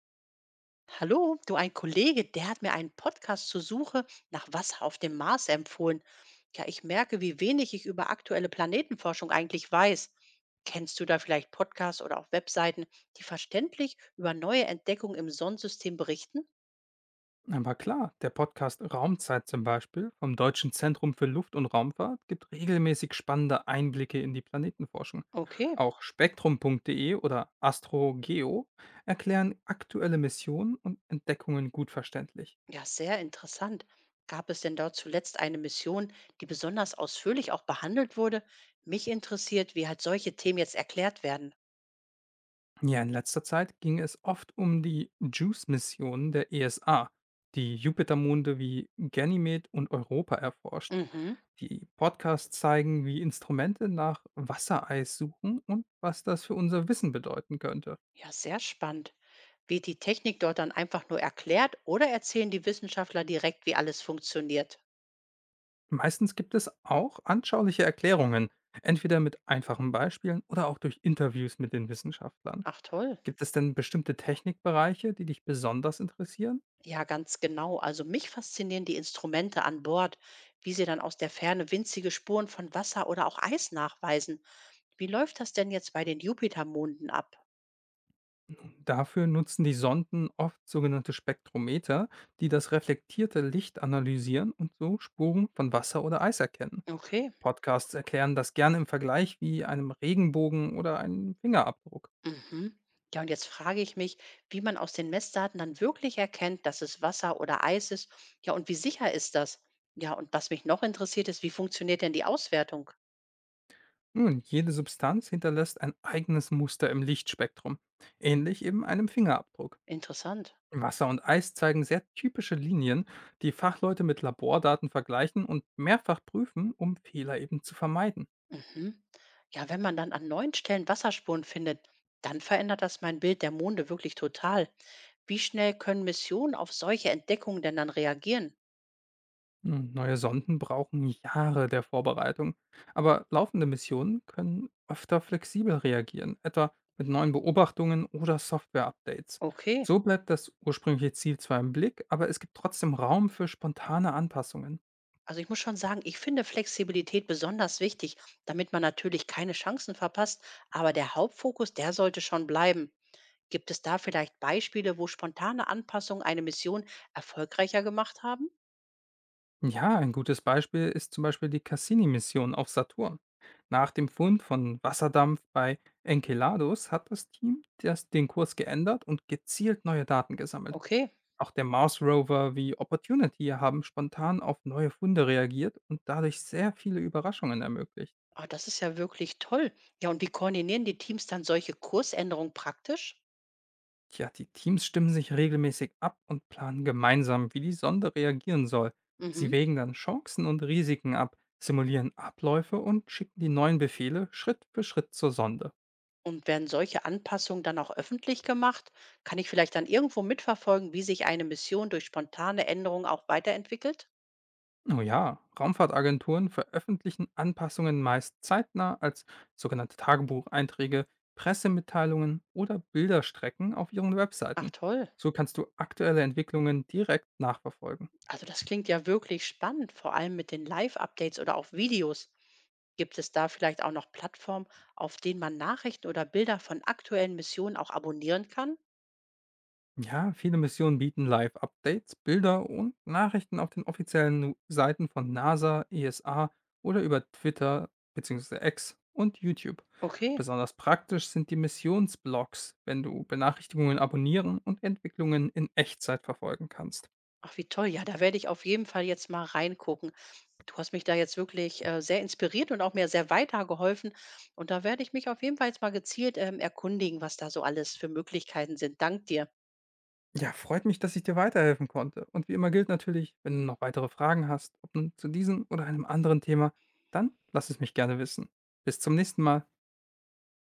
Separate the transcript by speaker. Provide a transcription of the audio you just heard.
Speaker 1: Hallo, du, ein Kollege, der hat mir einen Podcast zur Suche nach Wasser auf dem Mars empfohlen. Ja, ich merke, wie wenig ich über aktuelle Planetenforschung eigentlich weiß. Kennst du da vielleicht Podcasts oder auch Webseiten, die verständlich über neue Entdeckungen im Sonnensystem berichten?
Speaker 2: Aber klar, der Podcast Raumzeit zum Beispiel vom Deutschen Zentrum für Luft- und Raumfahrt gibt regelmäßig spannende Einblicke in die Planetenforschung.
Speaker 1: Okay,
Speaker 2: Auch spektrum.de oder AstroGeo erklären aktuelle Missionen und Entdeckungen gut verständlich.
Speaker 1: ja, sehr interessant. Gab es denn dort zuletzt eine Mission, die besonders ausführlich auch behandelt wurde? Mich interessiert, wie halt solche Themen jetzt erklärt werden.
Speaker 2: Ja, in letzter Zeit ging es oft um die JUICE-Missionen der ESA, die Jupitermonde wie Ganymed und Europa erforscht.
Speaker 1: Mhm.
Speaker 2: Die Podcasts zeigen, wie Instrumente nach Wassereis suchen und was das für unser Wissen bedeuten könnte.
Speaker 1: Ja, sehr spannend. Wird die Technik dort dann einfach nur erklärt oder erzählen die Wissenschaftler direkt, wie alles funktioniert?
Speaker 2: Meistens gibt es auch anschauliche Erklärungen, entweder mit einfachen Beispielen oder auch durch Interviews mit den Wissenschaftlern.
Speaker 1: Ach toll.
Speaker 2: Gibt es denn bestimmte Technikbereiche, die dich besonders interessieren?
Speaker 1: Ja, ganz genau. Also mich faszinieren die Instrumente an Bord, wie sie dann aus der Ferne winzige Spuren von Wasser oder auch Eis nachweisen. Wie läuft das denn jetzt bei den Jupitermonden ab?
Speaker 2: Dafür nutzen die Sonden oft sogenannte Spektrometer, die das reflektierte Licht analysieren und so Spuren von Wasser oder Eis erkennen.
Speaker 1: Okay.
Speaker 2: Podcasts erklären das gerne im Vergleich wie einem Regenbogen oder einem Fingerabdruck.
Speaker 1: Mhm. Ja, und jetzt frage ich mich, wie man aus den Messdaten dann wirklich erkennt, dass es Wasser oder Eis ist. Ja, und wie sicher ist das? Ja, und was mich noch interessiert ist, wie funktioniert denn die Auswertung?
Speaker 2: Nun, jede Substanz hinterlässt ein eigenes Muster im Lichtspektrum, ähnlich eben einem Fingerabdruck.
Speaker 1: Interessant.
Speaker 2: Wasser und Eis zeigen sehr typische Linien, die Fachleute mit Labordaten vergleichen und mehrfach prüfen, um Fehler eben zu vermeiden.
Speaker 1: Mhm. Ja, wenn man dann an neuen Stellen Wasserspuren findet, dann verändert das mein Bild der Monde wirklich total. Wie schnell können Missionen auf solche Entdeckungen denn dann reagieren?
Speaker 2: Hm, neue Sonden brauchen Jahre der Vorbereitung, aber laufende Missionen können öfter flexibel reagieren, etwa mit neuen Beobachtungen oder Software-Updates.
Speaker 1: Okay.
Speaker 2: So bleibt das ursprüngliche Ziel zwar im Blick, aber es gibt trotzdem Raum für spontane Anpassungen.
Speaker 1: Also ich muss schon sagen, ich finde Flexibilität besonders wichtig, damit man natürlich keine Chancen verpasst, aber der Hauptfokus, der sollte schon bleiben. Gibt es da vielleicht Beispiele, wo spontane Anpassungen eine Mission erfolgreicher gemacht haben?
Speaker 2: Ja, ein gutes Beispiel ist zum Beispiel die Cassini-Mission auf Saturn. Nach dem Fund von Wasserdampf bei Enceladus hat das Team den Kurs geändert und gezielt neue Daten gesammelt.
Speaker 1: Okay.
Speaker 2: Auch der Mars Rover wie Opportunity haben spontan auf neue Funde reagiert und dadurch sehr viele Überraschungen ermöglicht.
Speaker 1: Ah, das ist ja wirklich toll. Ja, und wie koordinieren die Teams dann solche Kursänderungen praktisch?
Speaker 2: Tja, die Teams stimmen sich regelmäßig ab und planen gemeinsam, wie die Sonde reagieren soll. Sie
Speaker 1: Mhm.
Speaker 2: wägen dann Chancen und Risiken ab, simulieren Abläufe und schicken die neuen Befehle Schritt für Schritt zur Sonde.
Speaker 1: Und werden solche Anpassungen dann auch öffentlich gemacht? Kann ich vielleicht dann irgendwo mitverfolgen, wie sich eine Mission durch spontane Änderungen auch weiterentwickelt?
Speaker 2: Oh ja, Raumfahrtagenturen veröffentlichen Anpassungen meist zeitnah als sogenannte Tagebucheinträge, Pressemitteilungen oder Bilderstrecken auf ihren
Speaker 1: Ach
Speaker 2: Webseiten.
Speaker 1: toll.
Speaker 2: So kannst du aktuelle Entwicklungen direkt nachverfolgen.
Speaker 1: Also das klingt ja wirklich spannend, vor allem mit den Live-Updates oder auch Videos. Gibt es da vielleicht auch noch Plattformen, auf denen man Nachrichten oder Bilder von aktuellen Missionen auch abonnieren kann?
Speaker 2: Ja, viele Missionen bieten Live-Updates, Bilder und Nachrichten auf den offiziellen Seiten von NASA, ESA oder über Twitter bzw. X und YouTube.
Speaker 1: Okay.
Speaker 2: Besonders praktisch sind die Missionsblogs, wenn du Benachrichtigungen abonnieren und Entwicklungen in Echtzeit verfolgen kannst.
Speaker 1: Ach, wie toll. Ja, da werde ich auf jeden Fall jetzt mal reingucken. Du hast mich da jetzt wirklich sehr inspiriert und auch mir sehr weitergeholfen. Und da werde ich mich auf jeden Fall jetzt mal gezielt erkundigen, was da so alles für Möglichkeiten sind. Dank dir.
Speaker 2: Ja, freut mich, dass ich dir weiterhelfen konnte. Und wie immer gilt natürlich, wenn du noch weitere Fragen hast, ob nun zu diesem oder einem anderen Thema, dann lass es mich gerne wissen. Bis zum nächsten Mal.